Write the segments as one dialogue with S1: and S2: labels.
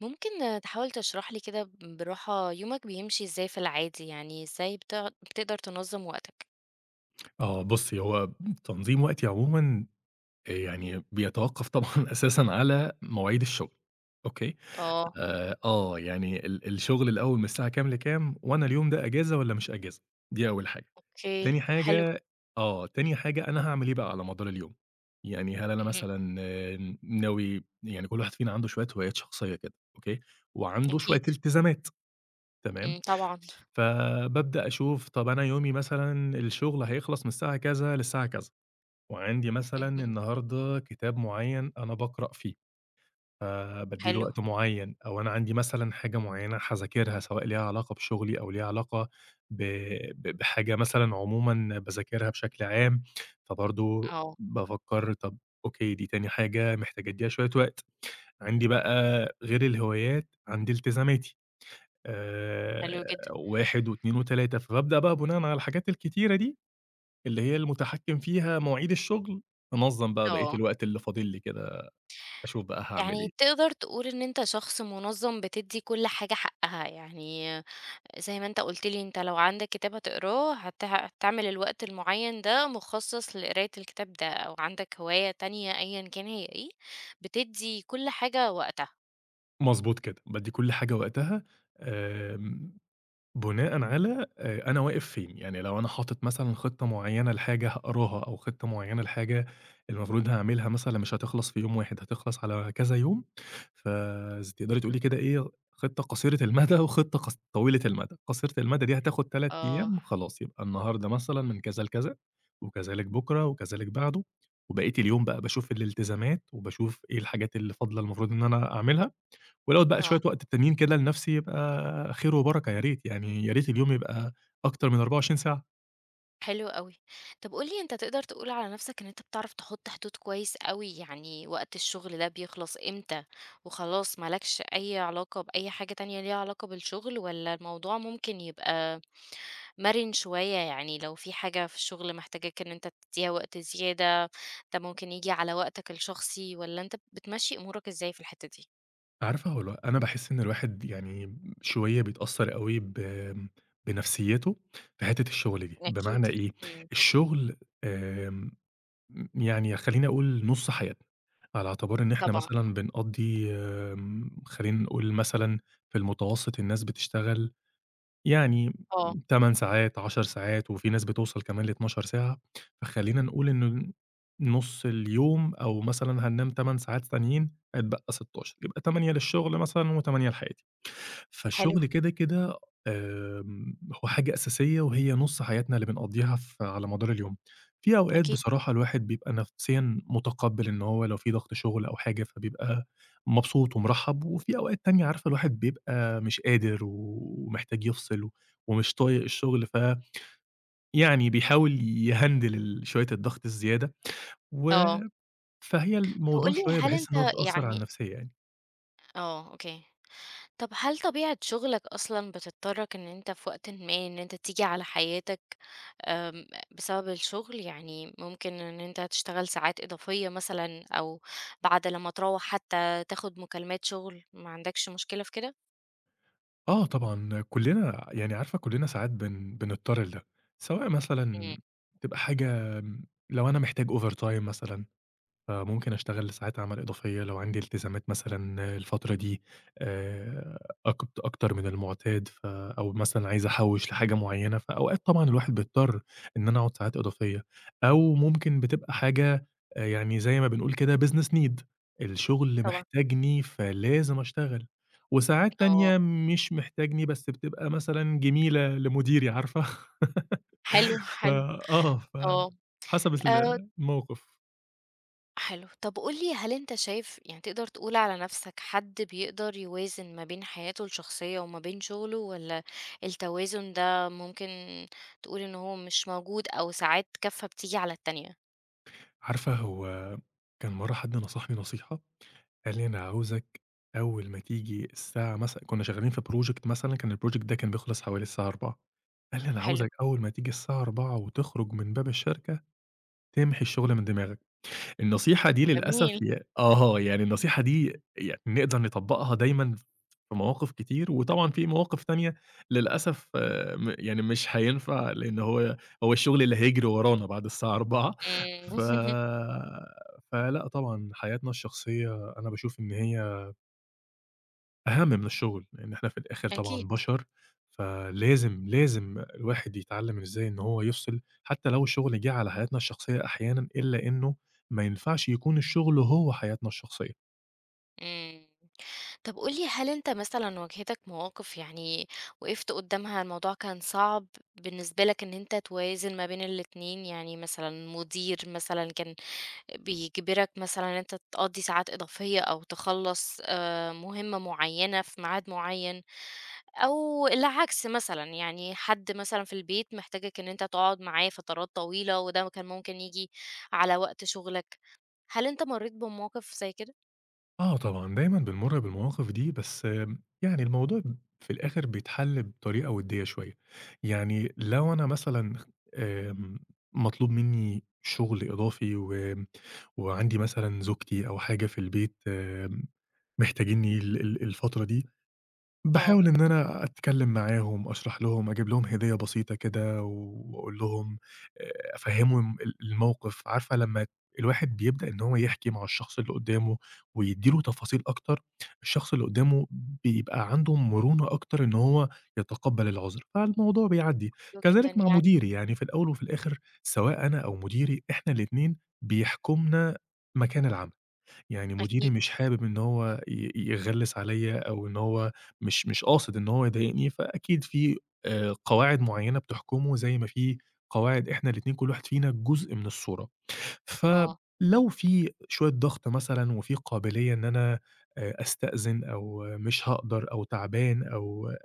S1: ممكن تحاول تشرح لي كده، براحة يومك بيمشي إزاي في العادي؟ يعني إزاي بتقدر تنظم وقتك؟
S2: آه، بُصّي، هو تنظيم وقتي عمومًا يعني بيتوقّف طبعًا أساسًا على مواعيد الشغل، أوكي؟
S1: اه،
S2: يعني الشغل الأول من الساعة كام لكام، وأنا اليوم ده أجازة والّا مش أجازة، دي أول حاجة.
S1: اوكي،
S2: تاني
S1: حلو.
S2: حاجة تاني حاجة أنا هاعمل إيه بقى على مدار اليوم، يعني هل أنا
S1: مهم.
S2: مثلًا ناوي يعني كل واحد فينا عنده شوية هوايات شخصية كده، أوكي؟ وعنده
S1: أكيد.
S2: شوية التزامات، تمام؟
S1: مم، طبعا.
S2: فبابدأ أشوف طَب أنا يومي مثلًا الشغل هيخلص من الساعة كذا للساعة كذا. وعندي مثلًا
S1: مهم.
S2: النهارده كتاب معيّن أنا باقرأ فيه، فبادّي له
S1: حلو.
S2: وقت معيّن، أو أنا عندي مثلًا حاجة معيّنة هاذاكرها سواء ليها علاقة بشغلي أو ليها علاقة ب ب بحاجة مثلًا عمومًا باذاكرها بشكل عام، فبرضه
S1: اه.
S2: بافكّر طَب أوكي دي تاني حاجة محتاج أدّيها شوية وقت. عندي بقى غير الهوايات عندي التزاماتي
S1: حلو جدا.
S2: 1 و2 و3 فبابدأ بقى بناءً على الحاجات الكتيرة دي اللي هي المتحكم فيها مواعيد الشغل، أنظّم بقى بقية
S1: اه.
S2: الوقت اللي فاضل لي كده، أشوف بقى هاعمل
S1: يعني
S2: إيه.
S1: تقدر تقول ان انت شخص منظم بتدي كل حاجة حقها؟ يعني زي ما انت قلت لي، انت لو عندك كتاب هتقراه هتعمل الوقت المعين ده مخصص لقراية الكتاب ده، او عندك هواية تانية ايا كان هي ايه، بتدي كل حاجة وقتها.
S2: مضبوط كده، بادّي كل حاجة وقتها. آمم بناءً على أنا واقف فين، يعني لو أنا حاطط مثلًا خطة معيّنة لحاجة هاقراها أو خطة معيّنة لحاجة المفروض هاعملها مثلًا مش هتخلص في يوم واحد، هتخلص على كذا يوم، تقدري تقولي كده إيه، خطة قصيرة المدى وخطة طويلة المدى، قصيرة المدى دي هتاخد 3
S1: آه.
S2: أيام خلاص يبقى النهارده مثلًا من كذا لكذا، وكذلك بُكرة وكذلك بعده، وبقية اليوم بقى باشوف الالتزامات وباشوف إيه الحاجات اللي فاضلة المفروض إن أنا أعملها. ولو اتبقى شوية
S1: آه.
S2: وقت تانيين كده لنفسي يبقى خير وبركة يا ريت، يعني يا ريت اليوم يبقى أكتر من 24 ساعة.
S1: حلو أوي. طب قُل لي، أنت تقدر تقول على نَفْسك إن أنت بتعرف تحُط حدود كويس أوي؟ يعني وقت الشغل ده بيخلص إمتى، وخلاص ما لكش أي علاقة بأي حاجة تانية ليها علاقة بالشغل، والّا الموضوع ممكن يبقى مَرِن شوية؟ يعني لو في حاجة في الشغل محتاجاك إن أنت تدّيها وقت زيادة، ده ممكن ييجي على وقتك الشخصي، والّا أنت بتمشّي أمورك إزاي في الحتّة دي؟
S2: عارفة هو أنا باحس إن الواحد يعني شوية بيتأثّر أوي بنفسيته في حتّة الشغل دي،
S1: أكيد.
S2: بمعنى إيه،
S1: إمم،
S2: الشغل آمم يعني خلّيني أقول نُص حياتنا، على اعتبار إن إحنا
S1: طبعًا.
S2: مثلًا بنقضّي خلّينا نقول مثلًا في المتوسط الناس بتشتغل يعني
S1: آه.
S2: 8 ساعات، 10 ساعات، وفي ناس بتوصل كمان ل12 ساعة، فخلّينا نقول إنه نُص اليوم أو مثلًا هننام 8 ساعات تانيين، هيتبقى 16 يبقى 8 للشغل مثلًا و8 لحياتي.
S1: حلو.
S2: فالشغل كده، كده آمم، هو حاجة أساسية وهي نُص حياتنا اللي بنقضّيها على مدار اليوم. في أوقات
S1: أكيد.
S2: بصراحة الواحد بيبقى نفسيًا متقبّل إن هو لو في ضغط شغل أو حاجة، فبيبقى مبسوط ومرحّب، وفي أوقات تانية عارفة الواحد بيبقى مش قادر ومحتاج يفصل ومش طايق الشغل، فيعني بيحاول يهندل شوية الضغط الزيادة، و
S1: آه.
S2: فهي
S1: طب
S2: الموضوع
S1: قُل لي
S2: شوية
S1: هل أنت
S2: باحس إن هو بتأثّر على
S1: يعني،
S2: النفسية يعني.
S1: آه، أوكي. طب هل طبيعة شغلك أصلًا بتضطرك إن أنت في وقتٍ ما إن أنت تيجي على حياتك، آمم، بسبب الشغل؟ يعني ممكن إن أنت تشتغل ساعات إضافية مثلًا، أو بعد لمّا تروّح حتى تاخد مكالمات شغل، ما عندكش مشكلة في كده؟
S2: آه طبعًا، كُلّنا يعني عارفة كُلّنا ساعات بنضطر لده، سواء
S1: إمم.
S2: مثلًا تبقى حاجة لو أنا محتاج overtime مثلًا فممكن أشتغل ساعات عمل إضافية لو عندي التزامات مثلًا الفترة دي آآ أك أكتر من المُعتاد أو مثلًا عايز أحوّش لحاجة معيّنة، فأوقات طبعًا الواحد بيضطر إن أنا أقعد ساعات إضافية، أو ممكن بتبقى حاجة يعني زي ما بنقول كده business need الشغل
S1: طبعًا.
S2: محتاجني فلازم أشتغل، وساعات
S1: آه.
S2: تانية مش محتاجني بس بتبقى مثلًا جميلة لمديري عارفة؟
S1: حلو،
S2: ف
S1: حلو.
S2: آه، ف
S1: آه.
S2: حسب
S1: آآ.
S2: الموقف.
S1: حلو. طب قُل لي، هل أنت شايف، يعني تقدر تقول على نَفْسك حد بيقدر يوازن ما بين حياته الشخصية وما بين شُغله، والّا التوازن ده ممكن تقول إن هو مش موجود، أو ساعات كَفّة بتيجي على التانية؟
S2: عارفة هو كان مرّة حد نصحني نصيحة، قال لي: "أنا عاوزك أول ما تيجي الساعة" مثلًا كنا شغالين في project مثلًا كان الproject ده كان بيخلص حوالي الساعة 16:00. قال لي: "أنا
S1: حلو.
S2: عاوزك أول ما تيجي الساعة 16:00 وتخرج من باب الشركة، تمحي الشغل من دماغك." النصيحة دي للأسف
S1: جميل.
S2: ي آه، يعني النصيحة دي يعني نقدر نطبّقها دايمًا في مواقف كتير، وطبعًا في مواقف تانية للأسف آه، م يعني مش هينفع، لإن هو الشغل اللي هيجري ورانا بعد الساعة 16:00.
S1: إمم.
S2: ف فلأ طبعًا حياتنا الشخصية أنا باشوف إن هي أهم من الشغل، لإن إحنا في الآخر طبعًا
S1: أكيد.
S2: بشر، فلازم، لازم الواحد يتعلّم إزاي إن هو يفصل، حتى لو الشغل جِه على حياتنا الشخصية أحيانًا، إلا إنه ما ينفعش يكون الشغل هو حياتنا الشخصية.
S1: إمم. طب قُل لي، هل أنت مثلًا واجهتك مواقف يعني وقفت قُدّامها الموضوع كان صعب بالنسبة لك إن أنت توازن ما بين الاتنين؟ يعني مثلًا مدير مثلًا كان بيجبرك مثلًا إن أنت تقضّي ساعات إضافية، أو تخلّص مهمة معيّنة في ميعاد معيّن، أو العكس مثلًا، يعني حد مثلًا في البيت محتاجك إن أنت تقعد معاه فترات طويلة وده كان ممكن ييجي على وقت شغلك. هل أنت مرّيت بمواقف زي كده؟
S2: آه طبعًا، دايمًا بنمُر بالمواقف دي، بس يعني الموضوع في الآخر بيتحل بطريقة وِدّية شوية، يعني لو أنا مثلًا خ آمم، مطلوب منّي شغل إضافي وآمم، وعندي مثلًا زوجتي أو حاجة في البيت محتاجينّي ال ال الفترة دي
S1: آه.
S2: باحاول إن أنا أتكلّم معاهم، أشرح لهم، أجيب لهم هدية بسيطة كده وأقول لهم أفهّمهم الموقف، عارفة لمّا الواحد بيبدأ إن هو يحكي مع الشخص اللي قدّامه ويدّي له تفاصيل أكتر، الشخص اللي قدّامه بيبقى عنده مرونة أكتر إن هو يتقبّل العُذر، فالموضوع بيعدّي.
S1: حلو جدًا
S2: كذلك مع
S1: يعني.
S2: مديري، يعني في الأول وفي الآخِر سواء أنا أو مديري، إحنا الاتنين بيحكمنا مكان العمل. يعني مديري
S1: أكيد.
S2: مش حابب إن هو يغلِّس عليّا أو إن هو مش قاصد إن هو يضايقني، فأكيد في قواعد معيّنة بتحكمه زي ما في قواعد إحنا الاتنين كل واحد فينا جزء من الصورة.
S1: آه.
S2: فلو في شوية ضغط مثلًا وفي قابلية إن أنا أستأذن أو مش هاقدر أو تعبان أو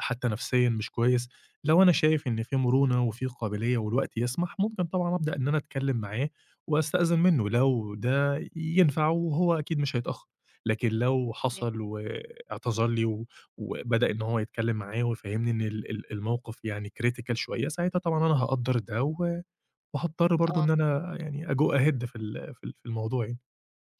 S2: حتّى نفسيًا مش كويس، لو أنا شايف إن في مرونة وفي قابلية والوقت يسمح، ممكن طبعًا أبدأ إن أنا أتكلّم معاه وأستأذن منّه لو ده ينفع وهو أكيد مش هيتأخّر، لكن لو حصل واعتذر لي وبدأ إن هو يتكلّم معايا ويفهّمني إن ال ال الموقف يعني critical شوية، ساعتها طبعًا أنا هاقدّر ده وهاضطر برضه
S1: آه.
S2: إن أنا يعني أgo ahead في الموضوع يعني.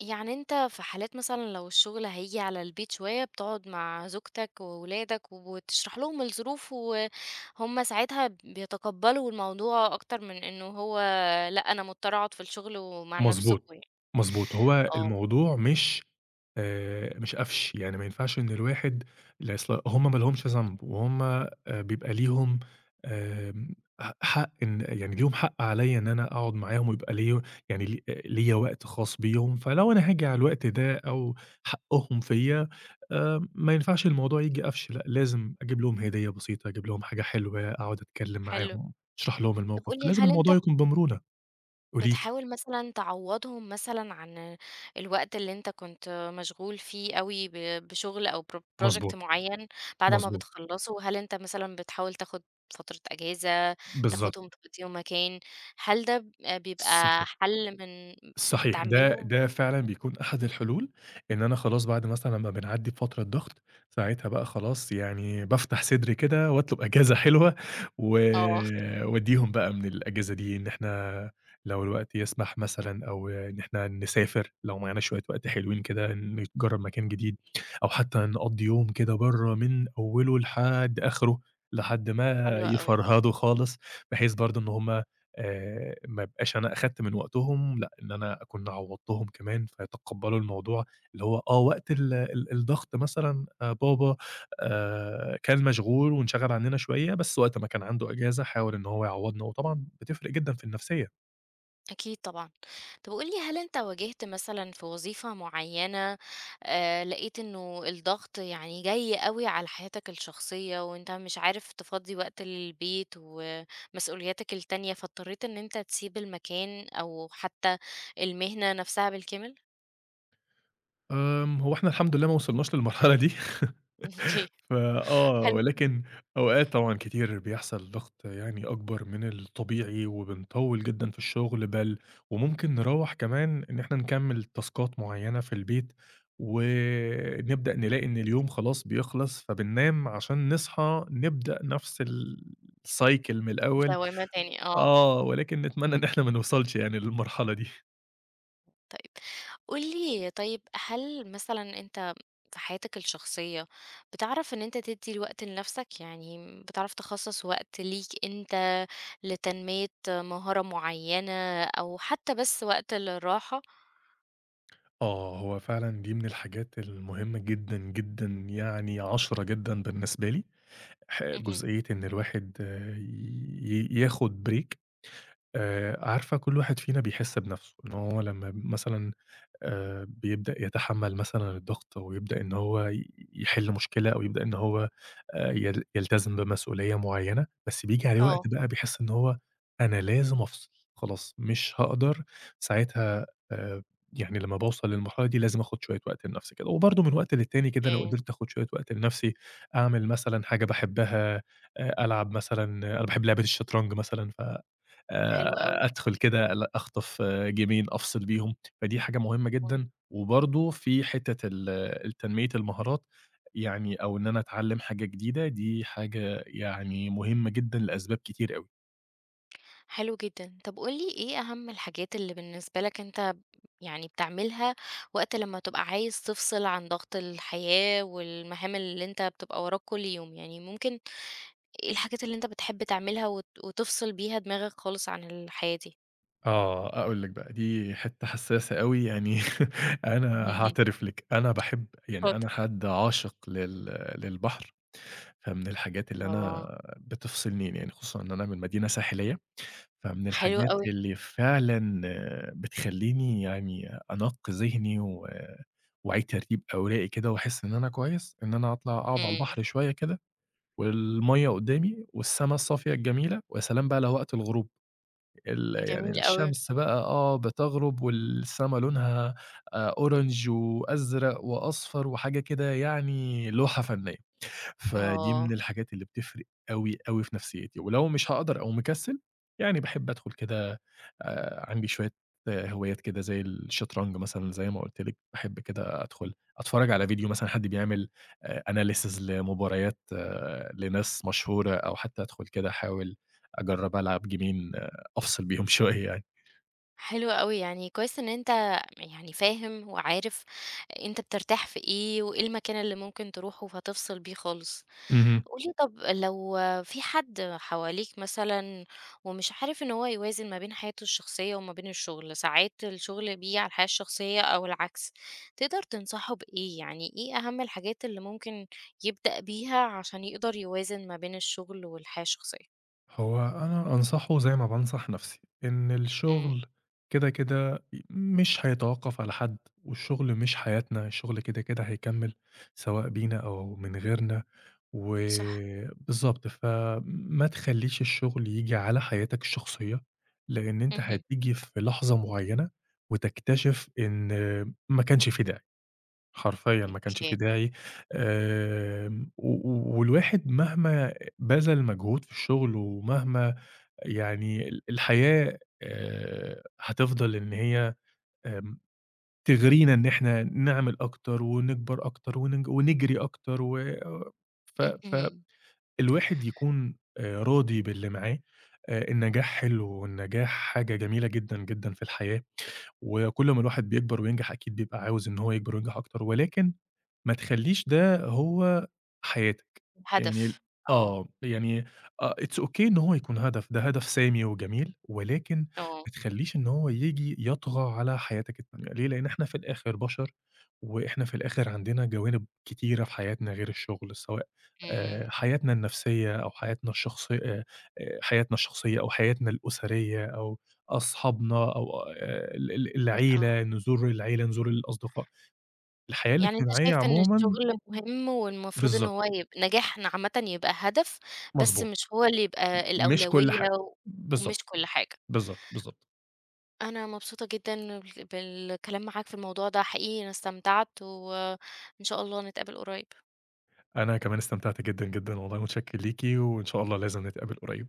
S1: يعني أنت في حالات مثلًا لو الشغل هييجي على البيت شوية، بتقعد مع زوجتك وولادك وتشرح لهم الظروف، وهُم ساعتها بيتقبّلوا الموضوع أكتر من إنه هو لأ، أنا مضطر أقعد في الشغل ومع
S2: مضبوط،
S1: نفسكم يعني.
S2: مضبوط. هو
S1: آه.
S2: الموضوع مش قفش، يعني ما ينفعش إن الواحد أصل هم ما لهمش ذنب وهم بيبقى ليهم آمم حق إن يعني ليهم حق عليّا إن أنا أقعد معاهم ويبقى ليّا يعني ليّا وقت خاص بيهم، فلو أنا هاجي على الوقت ده أو حقهم فيّا ما ينفعش الموضوع ييجي قفش، لأ لازم أجيب لهم هدية بسيطة، أجيب لهم حاجة حلوة، أقعد أتكلم
S1: حلو.
S2: معاهم، أشرح لهم
S1: طب
S2: الموقف،
S1: قُل لي،
S2: لازم
S1: هل أنت
S2: الموضوع يكون بمرونة. قولي لي.
S1: بتحاول مثلًا تعوّضهم مثلًا عن الوقت اللي أنت كنت مشغول فيه أوي بشغل أو project
S2: مضبوط،
S1: معيّن، بعد ما
S2: مضبوط.
S1: بتخلّصه؟ هل أنت مثلًا بتحاول تاخد فترة أجازة،
S2: بالضبط،
S1: تاخدهم تقضيهم مكان؟ هل ده بيبقى
S2: صحيح،
S1: حل من
S2: صحيح،
S1: بتعمله؟
S2: ده فعلًا بيكون أحد الحلول، إن أنا خلاص بعد مثلًا لمّا بنعدّي بفترة ضغط، ساعتها بقى خلاص يعني بافتح صدري كده واطلب أجازة حلوة، و
S1: آه.
S2: وأدّيهم بقى من الأجازة دي إن إحنا لو الوقت يسمح مثلًا أو إن إحنا نسافر لو معانا شوية وقت حلوين كده، نجرّب مكان جديد، أو حتى نقضّي يوم كده برّه من أوله لحد آخره، لحد ما
S1: حلو أوي.
S2: يفرهدوا خالص، بحيث برضه إن هُم ما ابقاش أنا أخدت من وقتهم، لأ، إن أنا أكون عوّضتهم كمان، فيتقبّلوا الموضوع اللي هو وقت ال ال الضغط مثلًا بابا كان مشغول وانشغل عنّنا شوية، بس وقت ما كان عنده إجازة حاول إن هو يعوّضنا، وطبعًا بتفرق جدًا في النفسية.
S1: أكيد طبعًا. طب قُل لي، هل أنت واجهت مثلًا في وظيفة معيّنة، لقيت إنه الضغط يعني جاي أوي على حياتك الشخصية، وأنت مش عارف تفضّي وقت للبيت ومسؤولياتك التانية، فاضطريت إن أنت تسيب المكان، أو حتى المهنة نفسها بالكامل؟
S2: هو إحنا الحمد لله ما وصلناش للمرحلة دي
S1: أوكي.
S2: فآه،
S1: حلو.
S2: ولكن أوقات طبعًا كتير بيحصل ضغط يعني أكبر من الطبيعي، وبنطوّل جدًا في الشغل بل وممكن نروّح كمان إن إحنا نكمّل تاسكات معيّنة في البيت، ونبدأ نلاقي إن اليوم خلاص بيخلص، فبننام عشان نصحى نبدأ نفس الcycle من الأول.
S1: دوامة تاني آه.
S2: آه، ولكن نتمنى إن إحنا ما نوصلش يعني للمرحلة دي.
S1: طيب قُل لي، طيب هل مثلًا أنت في حياتك الشخصية بتعرف إن أنت تدّي وقت لنفْسك؟ يعني بتعرف تخصّص وقت ليك أنت لتنمية مهارة معيّنة، أو حتى بس وقت للراحة؟
S2: آه، هو فعلًا دي من الحاجات المهمة جدًا، جدًا يعني 10 جدًا بالنسبة لي،
S1: اهم.
S2: جزئية إن الواحد آه، ي ي ياخد break. عارفة كل واحد فينا بيحس بنَفْسه، إن هو لمّا مثلًا بيبدأ يتحمّل مثلًا الضغط ويبدأ إن هو يحل مشكلة أو يبدأ إن هو يل يلتزم بمسؤولية معيّنة، بس بييجي عليه وقت
S1: آه.
S2: بقى بيحس إن هو أنا لازم أفصل، خلاص مش هاقدر ساعتها آآ، يعني لمّا باوصل للمرحلة دي لازم آخُد شوية وقت لنَفْسي كده، وبرضه من وقت للتاني كده لو
S1: آآ.
S2: قدرت آخُد شوية وقت لنَفْسي، أعمل مثلًا حاجة باحبها، ألعب مثلًا أنا باحب لعبة الشطرنج مثلًا ف
S1: حلو أوي.
S2: أدخل كده أخطف جيمين أفصل بيهم، فدي حاجة مهمة
S1: آه.
S2: جدًا، وبرضه في حتّة التنمية المهارات، يعني أو إن أنا أتعلّم حاجة جديدة، دي حاجة يعني مهمة جدًا لأسباب كتير أوي.
S1: حلو جدًا. طب قُل لي إيه أهم الحاجات اللي بالنسبة لك أنت يعني بتعملها وقت لمّا تبقى عايز تفصل عن ضغط الحياة والمهام اللي أنت بتبقى وراك كل يوم؟ يعني ممكن إيه الحاجات اللي أنت بتحب تعملها وتفصل بيها دماغك خالص عن الحياة دي؟
S2: آه، أقول لك بقى دي حتّة حسّاسة أوي يعني أنا
S1: اهم، اهم،
S2: هاعترف لِك، أنا باحب يعني
S1: اتفضل.
S2: أنا حد عاشق للبحر، فمن الحاجات اللي أنا
S1: آه.
S2: بتفصلني يعني خصوصًا إن أنا من مدينة ساحلية فمن
S1: حلو
S2: الحاجات
S1: أوي.
S2: اللي فعلًا بتخلّيني يعني أنَقّ ذهني وأعيد ترتيب أوراقي كده وأحس إن أنا كويس، إن أنا أطلع أقعد على
S1: إمم.
S2: البحر شوية كده والمَيّة قدّامي والسما الصافية الجميلة، ويا سلام بقى لو وقت الغروب، يعني
S1: جميل أوي.
S2: الشمس بقى بتغرب والسما لونها orange وأزرق وأصفر وحاجة كده يعني لوحة فنية. فدي
S1: آه.
S2: من الحاجات اللي بتفرق أوي، أوي في نفسيتي، ولو مش هاقدر أو مكسل، يعني باحب أدخل كده عندي شوية هوايات كده زي الشطرنج مثلًا زي ما قُلت لِك، باحب كده أدخل أتفرّج على فيديو مثلًا حد بيعمل analysis لمباريات لناس مشهورة، أو حتى أدخل كده أحاول أجرّب ألعب جيمين أفصل بيهم شوية يعني.
S1: حلو أوي، يعني كويس إن أنت يعني فاهم وعارف أنت بترتاح في إيه، وإيه المكان اللي ممكن تروحه فتفصل بيه خالص.
S2: اهم.
S1: قولي، طب لو في حد حواليك مثلا ومش عارف ان هو يوازن ما بين حياته الشخصية وما بين الشغل، ساعات الشغل بيجي على الحياة الشخصية او العكس، تقدر تنصحه بإيه؟ يعني ايه اهم الحاجات اللي ممكن يبدأ بيها عشان يقدر يوازن ما بين الشغل والحياة الشخصية؟
S2: هو أنا أنصحه زي ما بانصح نفسي، إن
S1: امم.
S2: الشغل كده، كده مش هيتوقّف على حد، والشغل مش حياتنا، الشغل كده، كده هيكمّل سواء بينا أو من غيرنا، و
S1: صح.
S2: بالضبط، فما تخلّيش الشغل ييجي على حياتك الشخصية، لإن أنت
S1: امم.
S2: هتيجي في لحظة معيّنة وتكتشف إن ما كانش في داعي. حرفيًا ما كانش
S1: اوكي.
S2: في داعي، آمم، و و والواحد مهما بذل مجهود في الشغل، ومهما يعني الحياة هتفضل إن هي آمم، تغرينا إن إحنا نعمل أكتر، ونكبر أكتر، ونجري أكتر، و ف
S1: امم.
S2: فالواحد يكون راضي باللي معاه، النجاح حلو، والنجاح حاجة جميلة جدًا، جدًا في الحياة، وكل ما الواحد بيكبر وينجح أكيد بيبقى عاوز إن هو يكبر وينجح أكتر، ولكن ما تخلّيش ده هو حياتك، يعني ال
S1: هدف. اه.
S2: آه، يعني it's okay إن هو يكون هدف، ده هدف سامي وجميل، ولكن
S1: اه.
S2: ما تخلّيش إن هو ييجي يطغى على حياتك التانية، ليه؟ لإن إحنا في الآخر بشر، وإحنا في الآخر عندنا جوانب كتيرة في حياتنا غير الشغل، سواء
S1: امم.
S2: حياتنا النفسية أو حياتنا الشخصية أو حياتنا الأسرية أو أصحابنا أو ال ال
S1: آه.
S2: العيلة، نزور العيلة، نزور الأصدقاء، الحياة
S1: يعني أنت
S2: الاجتماعية
S1: شايف إن
S2: عمومًا
S1: الشغل مهم، والمفروض إن
S2: بالضبط،
S1: هو نجاحنا عامةً يبقى هدف، بس
S2: مضبوط،
S1: مش هو اللي يبقى
S2: مش كل
S1: الأولوية
S2: حاجة،
S1: و- ومش
S2: بالضبط،
S1: كل حاجة.
S2: بالضبط، بالضبط.
S1: أنا مبسوطة جدًا بالكلام معاك في الموضوع ده، حقيقي أنا استمتعت، وإن شاء الله نتقابل قريب.
S2: أنا كمان استمتعت جدًا، جدًا والله، متشكر ليكِ، وإن شاء الله لازم نتقابل قريب.